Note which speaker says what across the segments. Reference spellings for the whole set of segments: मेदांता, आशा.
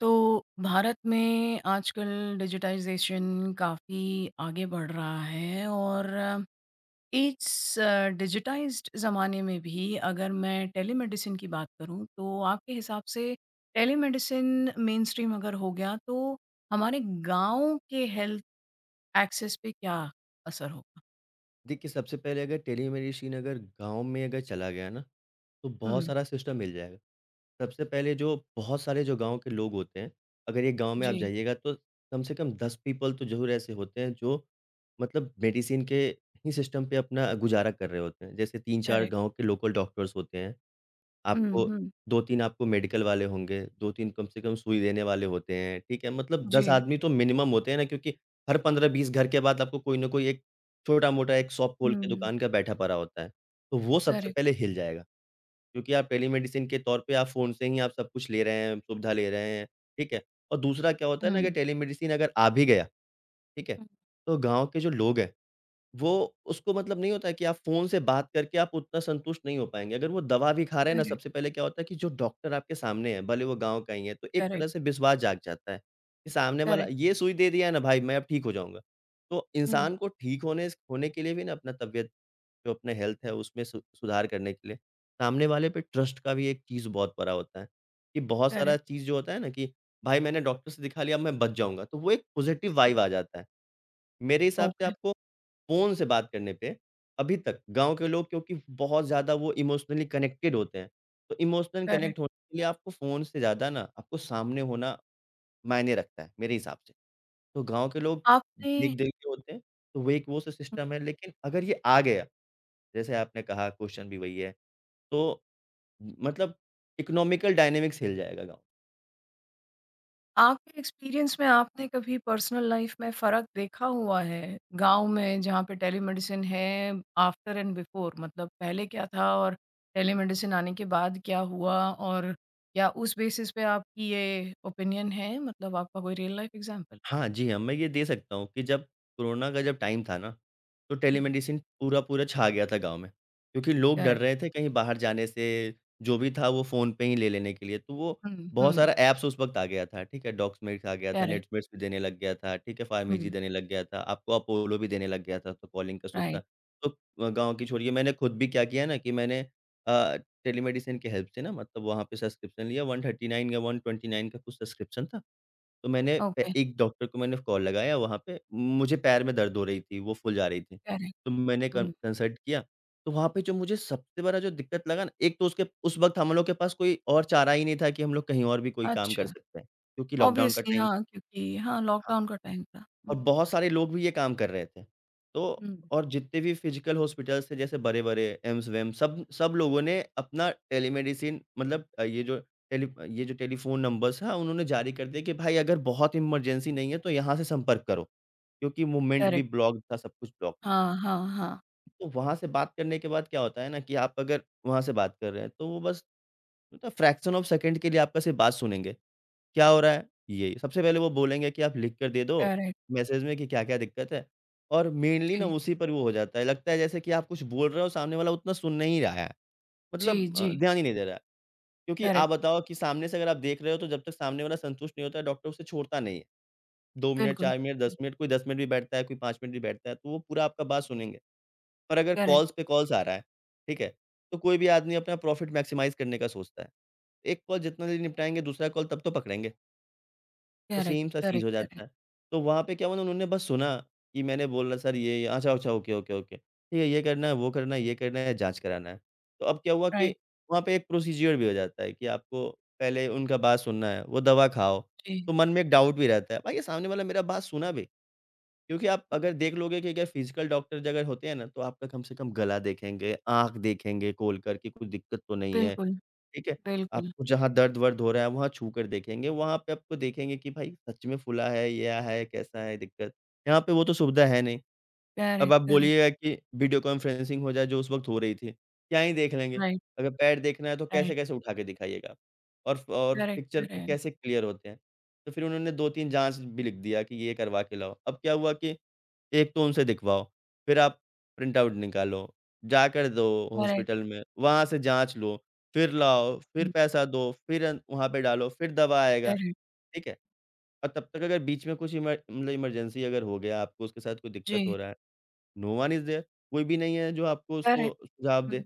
Speaker 1: तो भारत में आजकल digitisation काफ़ी आगे बढ़ रहा है और इस डिजिटाइज्ड ज़माने में भी अगर मैं टेलीमेडिसिन की बात करूँ, तो आपके हिसाब से टेलीमेडिसिन मेनस्ट्रीम अगर हो गया, तो हमारे गाँव के हेल्थ एक्सेस पे क्या असर होगा?
Speaker 2: देखिए, सबसे पहले अगर टेलीमेडिसिन अगर गाँव में अगर चला गया ना, तो बहुत
Speaker 1: हुँ।
Speaker 2: सारा सिस्टम मिल जाएगा। सबसे पहले जो बहुत सारे जो गाँव के लोग होते हैं, अगर एक गाँव में आप
Speaker 1: जी।
Speaker 2: जाइएगा तो कम से कम 10 पीपल तो ज़रूर ऐसे होते हैं जो मतलब मेडिसिन के ही सिस्टम पे अपना गुज़ारा कर रहे होते हैं। जैसे 3-4
Speaker 1: करेक्ट।
Speaker 2: गाँव के लोकल डॉक्टर्स होते हैं
Speaker 1: हुँ,
Speaker 2: आपको,
Speaker 1: हुँ।
Speaker 2: 2-3 आपको मेडिकल वाले होंगे, 2-3 कम से कम सुई देने वाले होते हैं, ठीक है? मतलब 10
Speaker 1: जी।
Speaker 2: आदमी तो मिनिमम होते हैं ना, क्योंकि हर 15-20 घर के बाद आपको कोई ना कोई एक छोटा-मोटा एक शॉप खोल के
Speaker 1: हुँ।
Speaker 2: दुकान का बैठा पड़ा होता है। तो वो सबसे
Speaker 1: करेक्ट।
Speaker 2: पहले हिल जाएगा, क्योंकि आप टेलीमेडिसिन के तौर पे आप फ़ोन से ही आप सब कुछ ले रहे हैं, सुविधा ले रहे हैं, ठीक है? और दूसरा क्या होता है ना कि
Speaker 1: हुँ,
Speaker 2: टेलीमेडिसिन अगर आ भी गया, ठीक है?
Speaker 1: हुँ।
Speaker 2: तो गाँव के जो लोग हैं वो, उसको मतलब नहीं होता है कि आप फ़ोन से बात करके आप उतना संतुष्ट नहीं हो पाएँगे। अगर वो दवा भी खा रहे हैं ना,
Speaker 1: करेक्ट,
Speaker 2: सबसे पहले क्या होता है कि जो डॉक्टर आपके सामने है, भले वो गाँव का ही है, तो एक तरह
Speaker 1: करेक्ट,
Speaker 2: से विश्वास जाग जाता है कि सामने वाला
Speaker 1: करेक्ट।
Speaker 2: ये सुई दे दिया है ना भाई, मैं अब ठीक हो जाऊँगा। तो
Speaker 1: हुँ।
Speaker 2: इंसान को ठीक होने के लिए भी ना अपना तबीयत, जो अपना हेल्थ है, उसमें सु सुधार करने के लिए सामने वाले पे ट्रस्ट का भी एक चीज़ बहुत बड़ा होता है, कि बहुत सारा
Speaker 1: करेक्ट।
Speaker 2: चीज़ जो होता है ना कि भाई मैंने डॉक्टर से दिखा लिया, अब मैं बच जाऊँगा, तो वो एक पॉज़िटिव
Speaker 1: हुँ।
Speaker 2: वाइब आ जाता है। मेरे हिसाब से
Speaker 1: ओके।
Speaker 2: आपको फ़ोन से बात करने पे अभी तक गाँव के लोग क्योंकि बहुत ज़्यादा वो इमोशनली कनेक्टेड होते हैं। तो इमोशनल कनेक्ट
Speaker 1: करेक्ट।
Speaker 2: होने के लिए आपको फ़ोन से ज़्यादा ना आपको सामने होना मायने रखता है मेरे हिसाब से। तो गाँव के लोग
Speaker 1: आपने
Speaker 2: देख-देख के होते हैं, तो वो एक वो स
Speaker 1: हुँ,
Speaker 2: सिस्टम है, लेकिन अगर ये आ गया, जैसे आपने कहा क्वेश्चन भी वही है, तो मतलब इकोनॉमिकल डायनामिक्स हिल जाएगा गाँव।
Speaker 1: आपके एक्सपीरियंस में आपने कभी पर्सनल लाइफ में फ़र्क देखा हुआ है, गाँव में जहाँ पे टेलीमेडिसिन है, आफ्टर एंड बिफोर मतलब पहले क्या था और टेलीमेडिसिन आने के बाद क्या हुआ? और क्या उस बेसिस पे आपकी ये ओपिनियन है? मतलब आपका कोई रियल लाइफ एग्ज़ाम्पल?
Speaker 2: हाँ, जी हाँ, मैं ये दे सकता हूँ कि जब कोरोना का जब टाइम था ना, तो
Speaker 1: हुँ।
Speaker 2: टेलीमेडिसिन पूरा-पूरा छा गया था गाँव में, क्योंकि लोग डर
Speaker 1: करेक्ट।
Speaker 2: रहे थे कहीं बाहर जाने से, जो भी था वो फ़ोन पे ही ले लेने के लिए। तो वो
Speaker 1: हुँ,
Speaker 2: बहुत
Speaker 1: हुँ।
Speaker 2: सारा ऐप्स उस वक़्त आ गया था, ठीक है? डॉक्समेट्स आ गया था,
Speaker 1: करेक्ट।
Speaker 2: नेटस्मेट्स भी देने लग गया था, ठीक है?
Speaker 1: हुँ।
Speaker 2: फार्मेजी देने लग गया था, आपको अपोलो भी देने लग गया था, तो कॉलिंग का सुविधा।
Speaker 1: राइट।
Speaker 2: तो गाँव की छोड़िए, मैंने खुद भी क्या किया ना कि मैंने अ, टेलीमेडिसिन की हेल्प से ना, मतलब वहाँ पे सब्सक्रिप्शन लिया, 139 या 129 का कुछ सब्सक्रिप्शन था। तो मैंने ए
Speaker 1: ओके।
Speaker 2: एक डॉक्टर को मैंने कॉल लगाया वहाँ पे, मुझे पैर में दर्द हो रही थी, वो फूल जा रही थी।
Speaker 1: करेक्ट।
Speaker 2: तो मैंने कन
Speaker 1: हुँ।
Speaker 2: कंसल्ट किया, तो वहाँ पे जो मुझे सबसे बड़ा जो दिक्कत लगा ना, एक तो उसके उस वक़्त हम लोग के पास कोई और चारा ही नहीं था कि हम लोग कहीं और भी कोई काम कर
Speaker 1: अच्छा।
Speaker 2: सकते हैं, क्योंकि लॉकडाउन का
Speaker 1: ऑब्वियसली
Speaker 2: टाइम था।
Speaker 1: हाँ, क्योंकि हाँ,
Speaker 2: हाँ।
Speaker 1: लॉकडाउन का टाइम था। हुँ,
Speaker 2: और बहुत सारे लोग भी ये काम कर रहे थे। तो
Speaker 1: हुँ।
Speaker 2: और जितने भी फिजिकल हॉस्पिटल्स थे, जैसे बड़े-बड़े एम्स-वेम्स, सब सब लोगों ने अपना टेलीमेडिसिन मतलब ये जो टेली ये जो टेलीफ़ोन नंबर्स हैं उन्होंने जारी कर दिए कि भाई अगर बहुत इमरजेंसी नहीं है तो यहाँ से संपर्क करो। क्योंकि मूवमेंट भी
Speaker 1: करेक्ट।
Speaker 2: ब्लॉक था, सब कुछ ब्लॉक।
Speaker 1: हाँ, हाँ, हाँ।
Speaker 2: तो वहाँ से बात करने के बाद क्या होता है ना कि आप अगर वहाँ से बात कर रहे हैं तो वो बस मतलब फ्रैक्शन ऑफ सेकंड के लिए आपका सिर्फ़ बात सुनेंगे। क्या हो रहा है? ये। सबसे पहले वो बोलेंगे कि आप लिख कर दे दो
Speaker 1: करेक्ट।
Speaker 2: मैसेज में कि क्या-क्या दिक्कत है, और मेनली ना
Speaker 1: जी,
Speaker 2: उसी पर वो हो जाता है। लगता है जैसे कि आप कुछ बोल रहे हो, सामने वाला उतना सुन नहीं रहा है।
Speaker 1: जी,
Speaker 2: मतलब
Speaker 1: जी।
Speaker 2: ध्यान ही नहीं दे रहा है। क्योंकि
Speaker 1: करेक्ट।
Speaker 2: आप बताओ कि सामने से अगर आप देख रहे हो तो जब तक सामने वाला संतुष्ट नहीं होता है, डॉक्टर उसे छोड़ता नहीं है। 2 मिनट,
Speaker 1: बिल्कुल।
Speaker 2: 4 मिनट,
Speaker 1: हुँ।
Speaker 2: 10 मिनट, कोई 10 मिनट भी बैठता है, कोई 5 मिनट भी बैठता है, तो वो पूरा आपका बात सुनेंगे। पर अगर
Speaker 1: करेक्ट,
Speaker 2: कॉल्स पे कॉल्स आ रहा है, ठीक है? तो कोई भी आदमी अपना प्रॉफिट मैक्सिमाइज़ करने का सोचता है। एक कॉल जितना जल्दी निपटाएँगे, दूसरा कॉल तब तो पकड़ेंगे। तो
Speaker 1: करेक्ट,
Speaker 2: सेम सा चीज़
Speaker 1: करेक्ट।
Speaker 2: हो
Speaker 1: करेक्ट।
Speaker 2: जाता है। तो वहाँ पे क्या हुआ ना, उन्होंने बस सुना कि मैंने बोला सर ये, अच्छा, अच्छा, ओके, ओके, ओके। ठीक है, ये करना है, वो करना है, ये करना है, जाँच कराना है। तो अब क्या हुआ कि
Speaker 1: राइट।
Speaker 2: वहाँ पे एक प्रोसीज़र भी हो जाता है कि आपको पहले उनका बात सुनना है, वो दवा खाओ।
Speaker 1: जी।
Speaker 2: तो मन में एक डाउट भी रहता है, भाई ये सामने वाला मेरा बात सुना भी, क्योंकि आप अगर देख लोगे कि अगर फिज़िकल डॉक्टर अगर होते हैं ना तो आपका कम से कम गला देखेंगे, आँख देखेंगे खोल कर कि कुछ दिक्कत तो नहीं है।
Speaker 1: बिल्कुल,
Speaker 2: ठीक है?
Speaker 1: बिल्कुल।
Speaker 2: आपको जहाँ दर्द-वर्द हो रहा है, वहाँ छू कर देखेंगे, वहाँ पे आपको देखेंगे कि भाई सच में फूला है, या है, कैसा है दिक्कत। यहाँ पे वो तो सुविधा है नहीं। अब
Speaker 1: करेक्ट,
Speaker 2: आप
Speaker 1: करेक्ट।
Speaker 2: बोलिएगा कि वीडियो कॉन्फ्रेंसिंग हो जाए, जो उस वक़्त हो रही थी, क्या ही देख लेंगे?
Speaker 1: राइट,
Speaker 2: अगर पैर देखना है, तो
Speaker 1: राइट।
Speaker 2: कैसे-कैसे उठा के दिखाइएगा आप? और
Speaker 1: करेक्ट,
Speaker 2: पिक्चर पे
Speaker 1: करेक्ट,
Speaker 2: कैसे क्लियर होते हैं? तो फिर उन्होंने 2-3 जाँच भी लिख दिया कि ये करवा के लाओ। अब क्या हुआ कि एक तो उनसे दिखवाओ, फिर आप प्रिंट आउट निकालो, जाकर दो
Speaker 1: करेक्ट।
Speaker 2: हॉस्पिटल में, वहाँ से जाँच लो, फिर लाओ, फिर
Speaker 1: हुँ।
Speaker 2: पैसा दो, फिर अन वहाँ पे डालो, फिर दवा आएगा,
Speaker 1: करेक्ट।
Speaker 2: ठीक है? और तब तक अगर बीच में कुछ इमर मतलब इमरजेंसी अगर हो गया, आपको उसके साथ कोई दिक्कत
Speaker 1: जी।
Speaker 2: हो रहा है, नो वन इज़ देयर, कोई भी नहीं है जो आपको उसको
Speaker 1: करेक्ट।
Speaker 2: सुझाव दे।
Speaker 1: हुँ।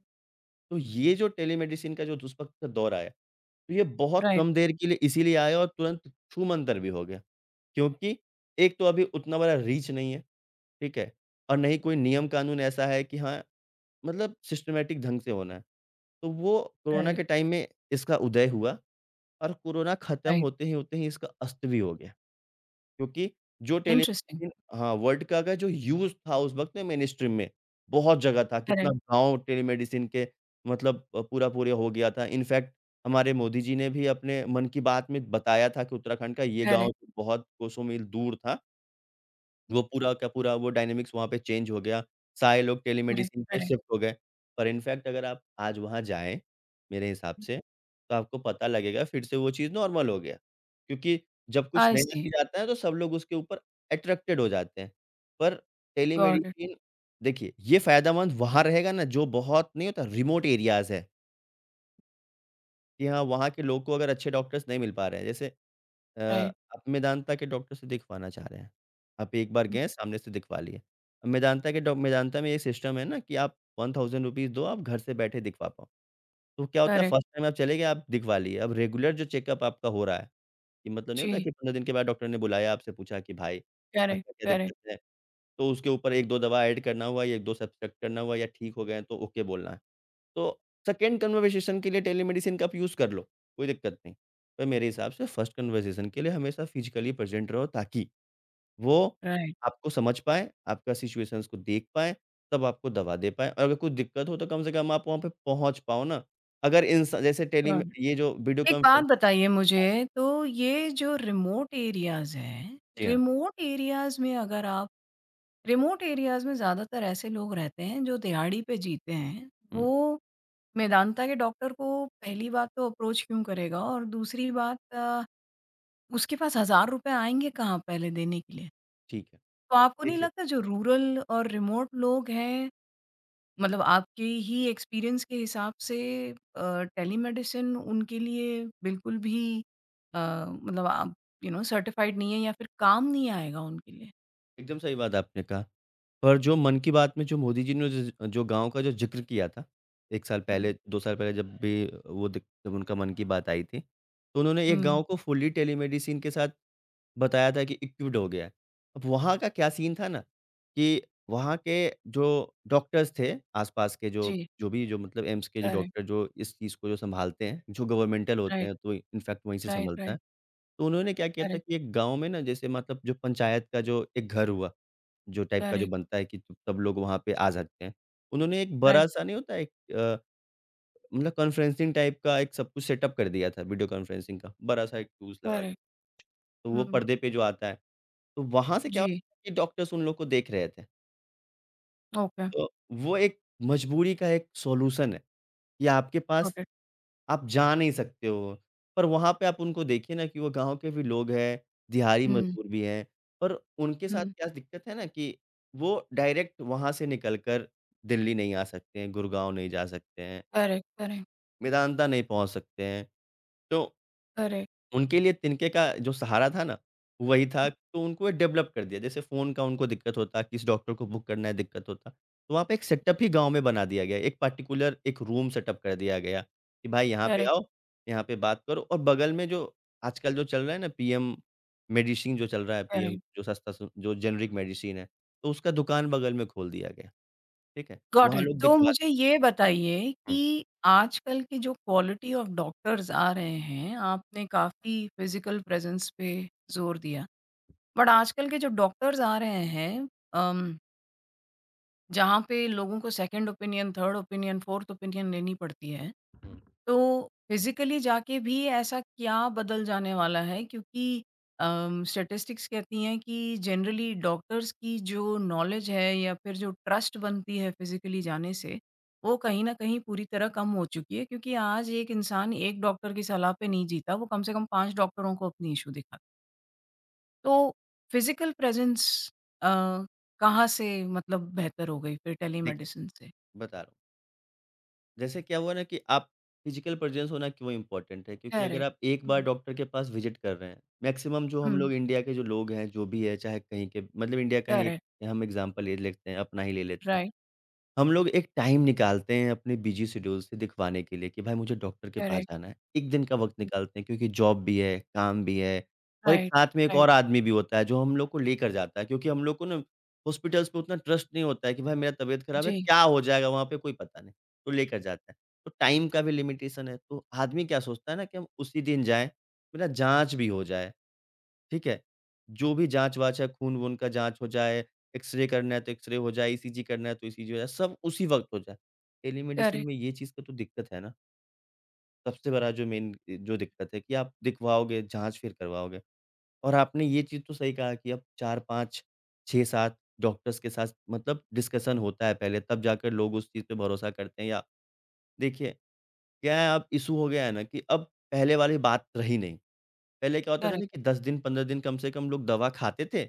Speaker 2: तो ये जो टेलीमेडिसिन का जो उस वक़्त का दौर आया, तो ये बहुत
Speaker 1: राइट।
Speaker 2: कम देर के लिए इसीलिए आया और तुरंत छूमंतर भी हो गया, क्योंकि एक तो अभी उतना बड़ा रीच नहीं है। ठीक है? और नहीं कोई नियम कानून ऐसा है कि हाँ, मतलब सिस्टमैटिक ढंग से होना है। तो वो कोरोना
Speaker 1: करेक्ट।
Speaker 2: के टाइम में इसका उदय हुआ और कोरोना खत्म
Speaker 1: राइट।
Speaker 2: होते ही इसका अस्त भी हो गया। क्योंकि जो
Speaker 1: इंटरेस्टिंग।
Speaker 2: टेलीविज़न, हाँ, वर्ल्ड का अगर जो यूज़ था उस वक़्त में मेनस्ट्रीम में, बहुत जगह था। कितना
Speaker 1: करेक्ट,
Speaker 2: गाँव टेलीमेडिसिन के मतलब पूरा-पूरे हो गया था। इनफैक्ट हमारे मोदी जी ने भी अपने मन की बात में बताया था कि उत्तराखंड का ये गाँव
Speaker 1: करेक्ट।
Speaker 2: तो बहुत कोसों मील दूर था।
Speaker 1: हुँ।
Speaker 2: वो पूरा का पूरा वो डायनामिक्स वहाँ पे चेंज हो गया। सारे लोग
Speaker 1: करेक्ट,
Speaker 2: टेलीमेडिसिन पे
Speaker 1: करेक्ट।
Speaker 2: शिफ्ट हो गए। पर इनफैक्ट अगर आप आज वहाँ जाएँ, मेरे हिसाब
Speaker 1: हुँ।
Speaker 2: से, तो आपको पता लगेगा फिर से वो चीज़ नॉर्मल हो गया। क्योंकि जब कुछ
Speaker 1: आई
Speaker 2: नया
Speaker 1: सी।
Speaker 2: चीज़ आता है तो सब लोग उसके ऊपर अट्रैक्टेड हो जाते हैं। पर
Speaker 1: गॉट इट।
Speaker 2: टेलीमेडिसिन, देखिए ये फ़ायदेमंद वहाँ रहेगा ना जो बहुत नहीं होता रिमोट एरियाज़ है, कि हाँ, वहाँ के लोग को अगर अच्छे डॉक्टर्स नहीं मिल पा रहे हैं। जैसे अ,
Speaker 1: राइट।
Speaker 2: आप मेदांता के डॉक्टर से दिखवाना चाह रहे हैं। आप एक बार
Speaker 1: हुँ।
Speaker 2: गए सामने से दिखवा लिए। अब मेदांता के डॉ मेदांता में ये सिस्टम है ना कि आप 1000 रुपीज़ दो आप घर से बैठे दिखवा पाओ। तो क्या होता है
Speaker 1: करेक्ट।
Speaker 2: फर्स्ट टाइम आप चले गए आप दिखवा लिए। अब रेगुलर जो चेकअप आपका हो रहा है, कि मतलब नहीं होता
Speaker 1: जी।
Speaker 2: कि 15 दिन के बाद डॉक्टर ने बुलाया आपसे पूछा कि भाई
Speaker 1: करेक्ट,
Speaker 2: क्या-क्या
Speaker 1: करेक्ट।
Speaker 2: दिक्कत है? तो उसके ऊपर 1-2 दवा ऐड करना हुआ, 1-2 सब्ट्रैक्ट करना हुआ या ठीक हो गए हैं तो ओके बोलना है। तो सेकंड कन्वर्सेशन के लिए टेलीमेडिसिन का आप यूज़ कर लो, कोई दिक्कत नहीं। पर मेरे हिसाब से फर्स्ट कन्वर्सेशन के लिए हमेशा फिज़िकली प्रेज़ेंट रहो ताकि वो
Speaker 1: राइट।
Speaker 2: आपको समझ पाएँ, आपका सिचुएशंस को देख पाएँ, तब आपको दवा दे पाएँ और अगर कुछ दिक्कत हो तो कम से कम आप वहाँ पे पहुँच पाओ ना। अगर इंसा जैसे टेली में
Speaker 1: गॉट
Speaker 2: ये जो वीडियो
Speaker 1: एक बात
Speaker 2: कॉन्फ्रेंस।
Speaker 1: बताइए
Speaker 2: हाँ,
Speaker 1: मुझे, तो ये जो रिमोट एरियाज़ हैं,
Speaker 2: जी हाँ।
Speaker 1: रिमोट एरियाज़ में अगर आप रिमोट एरियाज़ में ज़्यादातर ऐसे लोग रहते हैं जो दिहाड़ी पे जीते हैं,
Speaker 2: हुँ,
Speaker 1: वो मेदांता के डॉक्टर को पहली बात तो अप्रोच क्यों करेगा और दूसरी बात उसके पास हज़ार रुपए आएँगे कहाँ पहले देने के लिए?
Speaker 2: ठीक है।
Speaker 1: तो आपको नहीं
Speaker 2: देखिए,
Speaker 1: लगता जो रूरल और रिमोट लोग हैं मतलब आपके ही एक्सपीरियंस के हिसाब से टेलीमेडिसिन उनके लिए बिल्कुल भी अ, मतलब आप यू नो सर्टिफाइड नहीं है या फिर काम नहीं आएगा उनके लिए।
Speaker 2: एकदम सही बात आपने कहा। पर जो मन की बात में जो मोदी जी ने ज जो गाँव का जो ज़िक्र किया था, 1 साल
Speaker 1: हुँ।
Speaker 2: पहले, 2 साल पहले जब भी वो दिक जब उनका मन की बात आई थी, तो उन्होंने एक
Speaker 1: हुँ,
Speaker 2: गाँव को फुल्ली टेलीमेडिसिन के साथ बताया था कि इक्विप्ड हो गया है। अब वहाँ का क्या सीन था ना, कि वहाँ के जो डॉक्टर्स थे, आस-पास के जो
Speaker 1: जी।
Speaker 2: जो भी जो मतलब एम्स के जो
Speaker 1: करेक्ट।
Speaker 2: डॉक्टर जो इस चीज़ को जो सँभालते हैं, जो गवर्नमेंटल होते
Speaker 1: राइट,
Speaker 2: हैं, तो इनफैक्ट वहीं से
Speaker 1: राइट,
Speaker 2: सँभलता है।
Speaker 1: राइट।
Speaker 2: तो उन्होंने क्या किया था
Speaker 1: करेक्ट,
Speaker 2: कि एक गाँव में ना जैसे मतलब जो पंचायत का जो एक घर हुआ, जो टाइप का जो
Speaker 1: करेक्ट।
Speaker 2: बनता है कि सब लोग वहाँ पे आ जाते हैं। उन्होंने एक
Speaker 1: राइट।
Speaker 2: बड़ा-सा नहीं होता एक मतलब कॉन्फ्रेंसिंग टाइप का एक सब कुछ सेटअप कर दिया था वीडियो कॉन्फ्रेंसिंग का, बड़ा-सा एक टूल्स लगा के।
Speaker 1: करेक्ट।
Speaker 2: तो वो
Speaker 1: हुँ।
Speaker 2: पर्दे पे जो आता है, तो वहाँ से क्या
Speaker 1: जी।
Speaker 2: होता है कि डॉक्टर्स उन लोग को देख रहे थे।
Speaker 1: ओके।
Speaker 2: तो वो एक मजबूरी का एक सॉल्यूशन है कि आपके पास
Speaker 1: गॉट इट।
Speaker 2: आप जा नहीं सकते हो। पर वहाँ पे आप उनको देखिए ना कि वो गाँव के भी लोग हैं, दिहाड़ी
Speaker 1: हुँ,
Speaker 2: मज़दूर भी हैं, पर उनके साथ
Speaker 1: हुँ।
Speaker 2: क्या दिक्कत है ना कि वो डायरेक्ट वहाँ से निकल कर दिल्ली नहीं आ सकते हैं, गुड़गाँव नहीं जा सकते हैं,
Speaker 1: करेक्ट, करेक्ट,
Speaker 2: मेदांता नहीं पहुँच सकते हैं। तो
Speaker 1: करेक्ट।
Speaker 2: उनके लिए तिनके का जो सहारा था ना, वही था,
Speaker 1: हुँ।
Speaker 2: तो उनको ये डेवलप कर दिया। जैसे फ़ोन का उनको दिक्कत होता, किस डॉक्टर को बुक करना है दिक्कत होता, तो वहाँ पे एक सेटअप ही गाँव में बना दिया गया। एक पार्टिकुलर एक रूम सेटअप कर दिया गया कि भाई यहाँ पे
Speaker 1: करेक्ट,
Speaker 2: आओ, यहाँ पे बात करो और बगल में जो आजकल जो चल रहा है ना पीएम मेडिसिन जो चल रहा है, पीएम
Speaker 1: करेक्ट।
Speaker 2: जो सस्ता सु जो जेनेरिक मेडिसिन है, तो उसका दुकान बगल में खोल दिया गया। ठीक है?
Speaker 1: गॉट
Speaker 2: वहाँ
Speaker 1: इट।
Speaker 2: लोग
Speaker 1: तो
Speaker 2: दिखवाते।
Speaker 1: मुझे ये बताइए
Speaker 2: हुँ,
Speaker 1: कि आजकल के जो क्वालिटी ऑफ डॉक्टर्स आ रहे हैं, आपने काफ़ी फिज़िकल प्रेज़ेंस पे ज़ोर दिया। बट आजकल के जो डॉक्टर्स आ रहे हैं अम, जहाँ पे लोगों को second opinion, third opinion, fourth opinion लेनी पड़ती है।
Speaker 2: हुँ।
Speaker 1: तो फिज़िकली जाके भी ऐसा क्या बदल जाने वाला है? क्योंकि स्टैटिस्टिक्स कहती हैं कि जनरली डॉक्टर्स की जो नॉलेज है या फिर जो ट्रस्ट बनती है फिज़िकली जाने से, वो कहीं न कहीं पूरी तरह कम हो चुकी है क्योंकि आज एक इंसान एक डॉक्टर की सलाह पे नहीं जीता, वो कम से कम 5 डॉक्टरों को अपनी इश्यू दिखा तो फिज़िकल प्रेज़ेंस अ, कहाँ से मतलब बेहतर हो गई फिर
Speaker 2: देखिए,
Speaker 1: टेलीमेडिसिन से?
Speaker 2: बता रहा हूँ। जैसे क्या हुआ ना कि आप फिज़िकल प्रेज़ेंस होना क्यों इम्पोर्टेंट है? क्योंकि अगर
Speaker 1: करेक्ट।
Speaker 2: आप एक बार
Speaker 1: हुँ।
Speaker 2: डॉक्टर के पास विज़िट कर रहे हैं, मैक्सिमम जो
Speaker 1: हुँ।
Speaker 2: हम लोग इंडिया के जो लोग हैं, जो भी है, चाहे कहीं के मतलब इंडिया का ही एक
Speaker 1: करेक्ट।
Speaker 2: हम एग्ज़ाम्पल ले लेते हैं, अपना ही ले लेते हैं।
Speaker 1: राइट।
Speaker 2: हम लोग एक टाइम निकालते हैं अपने बिज़ी शेड्यूल से दिखवाने के लिए कि भाई मुझे डॉक्टर के पास
Speaker 1: करेक्ट।
Speaker 2: जाना है। 1 दिन का वक़्त निकालते हैं क्योंकि जॉब भी है, काम भी है और एक
Speaker 1: राइट,
Speaker 2: साथ में एक
Speaker 1: राइट।
Speaker 2: और आदमी भी होता है जो हम लोग को लेकर जाता है क्योंकि हम लोग को ना हॉस्पिटल्स पे उतना ट्रस्ट नहीं होता है कि भाई मेरा तबीयत ख़राब है,
Speaker 1: जी।
Speaker 2: क्या हो जाएगा वहाँ पे कोई पता नहीं, तो लेकर जाता है। तो टाइम का भी लिमिटेशन है, तो आदमी क्या सोचता है ना कि हम उसी दिन जाएँ, मेरा जाँच भी हो जाए। ठीक है? जो भी जाँच-वाँच है, खून-वून का जाँच हो जाए, एक्स-रे करना है तो एक्स-रे हो जाए, ईसीजी करना है तो ईसीजी हो जाए, सब उसी वक़्त हो जाए। टेलीमेडिसिन
Speaker 1: करेक्ट,
Speaker 2: में ये चीज़ का तो दिक्कत है ना, सबसे बड़ा जो मेन जो दिक्कत है कि आप दिखवाओगे, जाँच फिर करवाओगे और आपने ये चीज़ तो सही कहा कि अब 4-5, 6-7 डॉक्टर्स के साथ मतलब डिस्कशन होता है पहले, तब जाकर लोग उस चीज़ पे भरोसा करते हैं या देखिए, क्या है अब इश्यू हो गया है ना कि अब पहले वाली बात रही नहीं। पहले क्या होता था ना
Speaker 1: करेक्ट,
Speaker 2: कि 10 दिन, 15 दिन कम से कम लोग दवा खाते थे,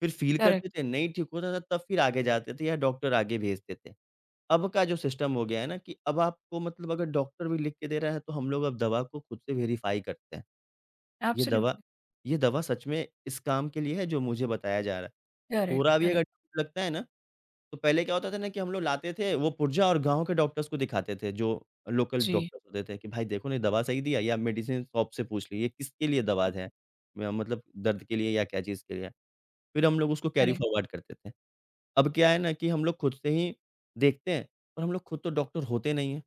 Speaker 2: फिर फ़ील
Speaker 1: करेक्ट।
Speaker 2: करते थे, नहीं ठीक होता था तब फिर आगे जाते थे या डॉक्टर आगे भेजते थे। अब का जो सिस्टम हो गया है ना कि अब आपको मतलब अगर डॉक्टर भी लिख के दे रहा है तो हम लोग अब दवा को खुद से वेरीफ़ाई करते हैं। ये दवा
Speaker 1: एब्सोल्युटली
Speaker 2: ये दवा सच में इस काम के लिए है जो मुझे बताया जा रहा है।
Speaker 1: करेक्ट,
Speaker 2: थोड़ा भी अगर
Speaker 1: करेक्ट।
Speaker 2: डर लगता है ना तो पहले क्या होता था ना कि हम लोग लाते थे वो पुर्जा और गाँव के डॉक्टर्स को दिखाते थे, जो लोकल
Speaker 1: जी।
Speaker 2: डॉक्टर्स होते थे कि भाई देखो ना ये दवा सही दिया या मेडिसिन शॉप से पूछ ली, ये किसके लिए दवा
Speaker 1: हुँ।
Speaker 2: है? म मतलब दर्द के लिए या क्या चीज़ के लिए है? फिर हम लोग उसको कैरी
Speaker 1: करेक्ट।
Speaker 2: फॉरवर्ड करते थे। अब क्या है ना कि हम लोग खुद से ही देखते हैं, पर हम लोग खुद तो डॉक्टर होते नहीं हैं।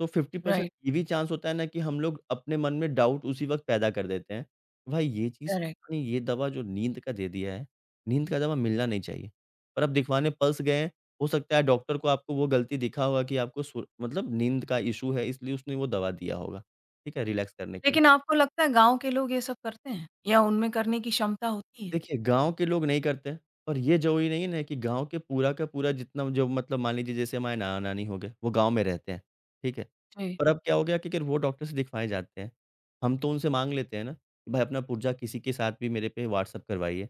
Speaker 2: तो 50%
Speaker 1: राइट।
Speaker 2: ये भी चांस होता है ना कि हम लोग अपने मन में डाउट उसी वक़्त पैदा कर देते हैं। भाई ये चीज़
Speaker 1: करेक्ट।
Speaker 2: पता नहीं ये दवा जो नींद का दे दिया है, नींद का दवा मिलना नहीं चाहिए। पर आप दिखवाने पल्स गए हैं, हो सकता है डॉक्टर को आपको वो गलती दिखा होगा कि आपको सुर मतलब नींद का इश्यू है इसलिए उसने वो दवा दिया होगा, ठीक है रिलैक्स करने के लिए।
Speaker 1: लेकिन आपको लगता है गाँव के लोग ये सब करते हैं? या उनमें करने की क्षमता होती है?
Speaker 2: देखिए, गाँव के लोग नहीं करते और ये ज़रूरी नहीं है ना कि गाँव के पूरा का पूरा जितना जो मतलब मान लीजिए जैसे हमारे नाना-नानी हो गए, वो गाँव में रहते हैं, ठीक है?
Speaker 1: जी,
Speaker 2: पर अब क्या हो गया कि वो डॉक्टर से दिखवाए जाते हैं। हम तो उनसे माँग लेते हैं ना कि भाई अपना पुर्जा किसी के साथ भी मेरे पे व्हाट्सएप करवाइए।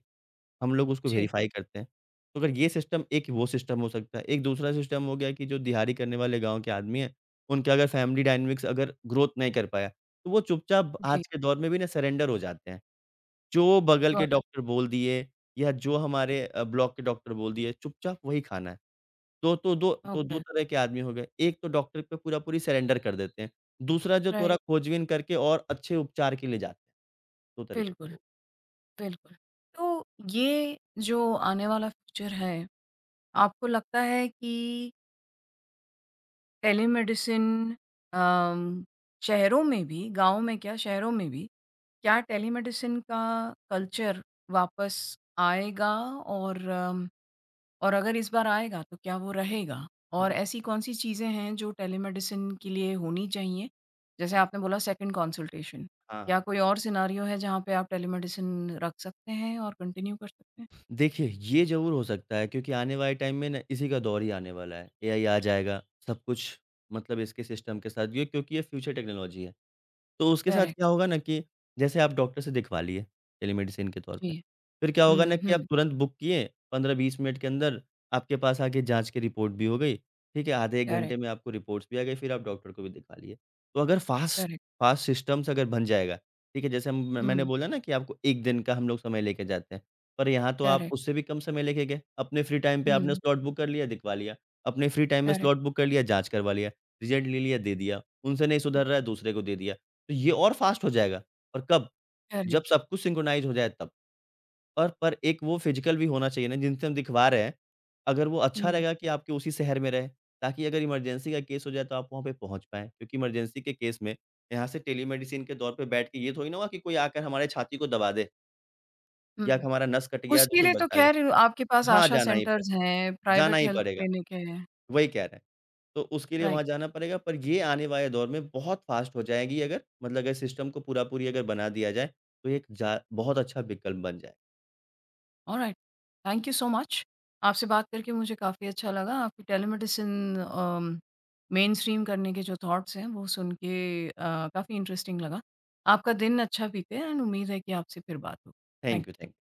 Speaker 2: हम लोग उसको
Speaker 1: जी,
Speaker 2: वेरीफ़ाई करते हैं। तो अगर ये सिस्टम एक वो सिस्टम हो सकता है। एक दूसरा सिस्टम हो गया कि जो दिहाड़ी करने वाले गाँव के आदमी हैं, उनके अगर फैमिली डायनामिक्स अगर ग्रोथ नहीं कर पाया, तो वो चुपचाप
Speaker 1: जी।
Speaker 2: आज के दौर में भी ना सरेंडर हो जाते हैं। जो बगल के
Speaker 1: गॉट
Speaker 2: डॉक्टर बोल दिए या जो हमारे ब्लॉक के डॉक्टर बोल दिए, चुपचाप वही खाना है। तो दो
Speaker 1: इट।
Speaker 2: तो 2
Speaker 1: ओके।
Speaker 2: तरह के आदमी हो गए, एक तो डॉक्टर पे पूरा-पूरी सरेंडर कर देते हैं, दूसरा जो थोड़ा
Speaker 1: राइट।
Speaker 2: खोजबीन करके और अच्छे उपचार के लिए जाते हैं, 2 तरीके के
Speaker 1: बिल्कुल,
Speaker 2: लोग
Speaker 1: बिल्कुल। तो ये जो आने वाला फ्यूचर है, आपको लगता है कि टेलीमेडिसिन अम, शहरों में भी, गाँव में क्या शहरों में भी क्या टेलीमेडिसिन का कल्चर वापस आएगा और और अगर इस बार आएगा तो क्या वो रहेगा? और
Speaker 2: हैं।
Speaker 1: ऐसी कौन-सी चीज़ें हैं जो टेलीमेडिसिन के लिए होनी चाहिए? जैसे
Speaker 2: हुँ,
Speaker 1: आपने बोला सेकंड कंसल्टेशन,
Speaker 2: हाँ, हाँ,
Speaker 1: क्या
Speaker 2: हाँ।
Speaker 1: कोई और सिनेरियो है जहाँ पे आप टेलीमेडिसिन रख सकते हैं और कंटिन्यू कर सकते हैं?
Speaker 2: देखिए, ये ज़रूर हो सकता है क्योंकि आने वाले टाइम में ना इसी का दौर ही आने वाला है, एआई आ जाएगा, सब कुछ मतलब इसके सिस्टम के साथ ये क्योंकि ये फ्यूचर टेक्नोलॉजी है। तो उसके साथ
Speaker 1: करेक्ट,
Speaker 2: क्या होगा ना कि जैसे आप डॉक्टर से दिखवा लिए टेलीमेडिसिन के तौर पे,
Speaker 1: जी।
Speaker 2: फिर क्या
Speaker 1: हुँ,
Speaker 2: होगा ना कि आप
Speaker 1: हुँ।
Speaker 2: तुरंत बुक किए, 15-20 मिनट के अंदर आपके पास आके जाँच की रिपोर्ट भी हो गई, ठीक है? आधे 1
Speaker 1: करेक्ट,
Speaker 2: घंटे में आपको रिपोर्ट्स भी आ गई, फिर आप डॉक्टर को भी दिखा लिए। तो अगर फ़ास्ट
Speaker 1: करेक्ट।
Speaker 2: फ़ास्ट सिस्टम्स अगर बन जाएगा, ठीक है? जैसे हम म मैंने
Speaker 1: हुँ।
Speaker 2: बोला ना कि आपको 1 दिन का हम लोग समय लेके जाते हैं, पर यहाँ तो आप
Speaker 1: करेक्ट।
Speaker 2: उससे भी कम समय लेके गए। अपने फ्री टाइम पे आपने
Speaker 1: हुँ।
Speaker 2: स्लॉट बुक कर लिया, दिखवा लिया। अपने फ्री टाइम में
Speaker 1: करेक्ट।
Speaker 2: स्लॉट बुक कर लिया, जाँच करवा लिया। रिज़ल्ट ले लिया, दे दिया। उनसे नहीं
Speaker 1: हुँ।
Speaker 2: सुधर रहा है, दूसरे को दे दिया। तो ये और फ़ास्ट हो जाएगा और कब? जब
Speaker 1: करेक्ट।
Speaker 2: सब कुछ सिंक्रोनाइज़ हो जाए तब। और पर एक वो फ़िज़िकल भी होना चाहिए ना जिनसे हम दिखवा रहे हैं, अगर वो अच्छा
Speaker 1: हुँ,
Speaker 2: रहेगा कि आपके उसी शहर में रहे, ताकि अगर इमरजेंसी का केस हो जाए तो आप वहाँ पे पहुँच पाएँ। क्योंकि इमरजेंसी के केस में यहाँ से टेलीमेडिसिन के दौर पे बैठ के ये थोड़ी ना होगा कि कोई आकर हमारे छाती को दबा दे या
Speaker 1: हुँ।
Speaker 2: हमारा नस कट गया तो
Speaker 1: उसके
Speaker 2: कोई
Speaker 1: लिए तो
Speaker 2: बचा ले।
Speaker 1: खैर आपके पास
Speaker 2: हाँ,
Speaker 1: आशा सेंटर्स हैं,
Speaker 2: जाना
Speaker 1: प्राइवेट
Speaker 2: ही
Speaker 1: हेल्थ
Speaker 2: पड़ेगा।
Speaker 1: क्लिनिक है।
Speaker 2: वही कह रहे हैं। तो उसके लिए
Speaker 1: राइट।
Speaker 2: वहाँ जाना पड़ेगा, पर ये आने वाले दौर में बहुत फ़ास्ट हो जाएगी अगर मतलब अगर सिस्टम को पूरा पूरी अगर बना दिया जाए, तो ये एक जा बहुत अच्छा विकल्प बन जाए।
Speaker 1: Alright. Thank you so much. आपसे बात करके मुझे काफ़ी अच्छा लगा। आपकी टेलीमेडिसिन मेनस्ट्रीम करने के जो थॉट्स हैं वो सुन के काफ़ी इंटरेस्टिंग लगा। आपका दिन अच्छा बीते एंड उम्मीद है कि आपसे फिर बात हो। Thank
Speaker 2: thank you,
Speaker 1: you.
Speaker 2: Thank you.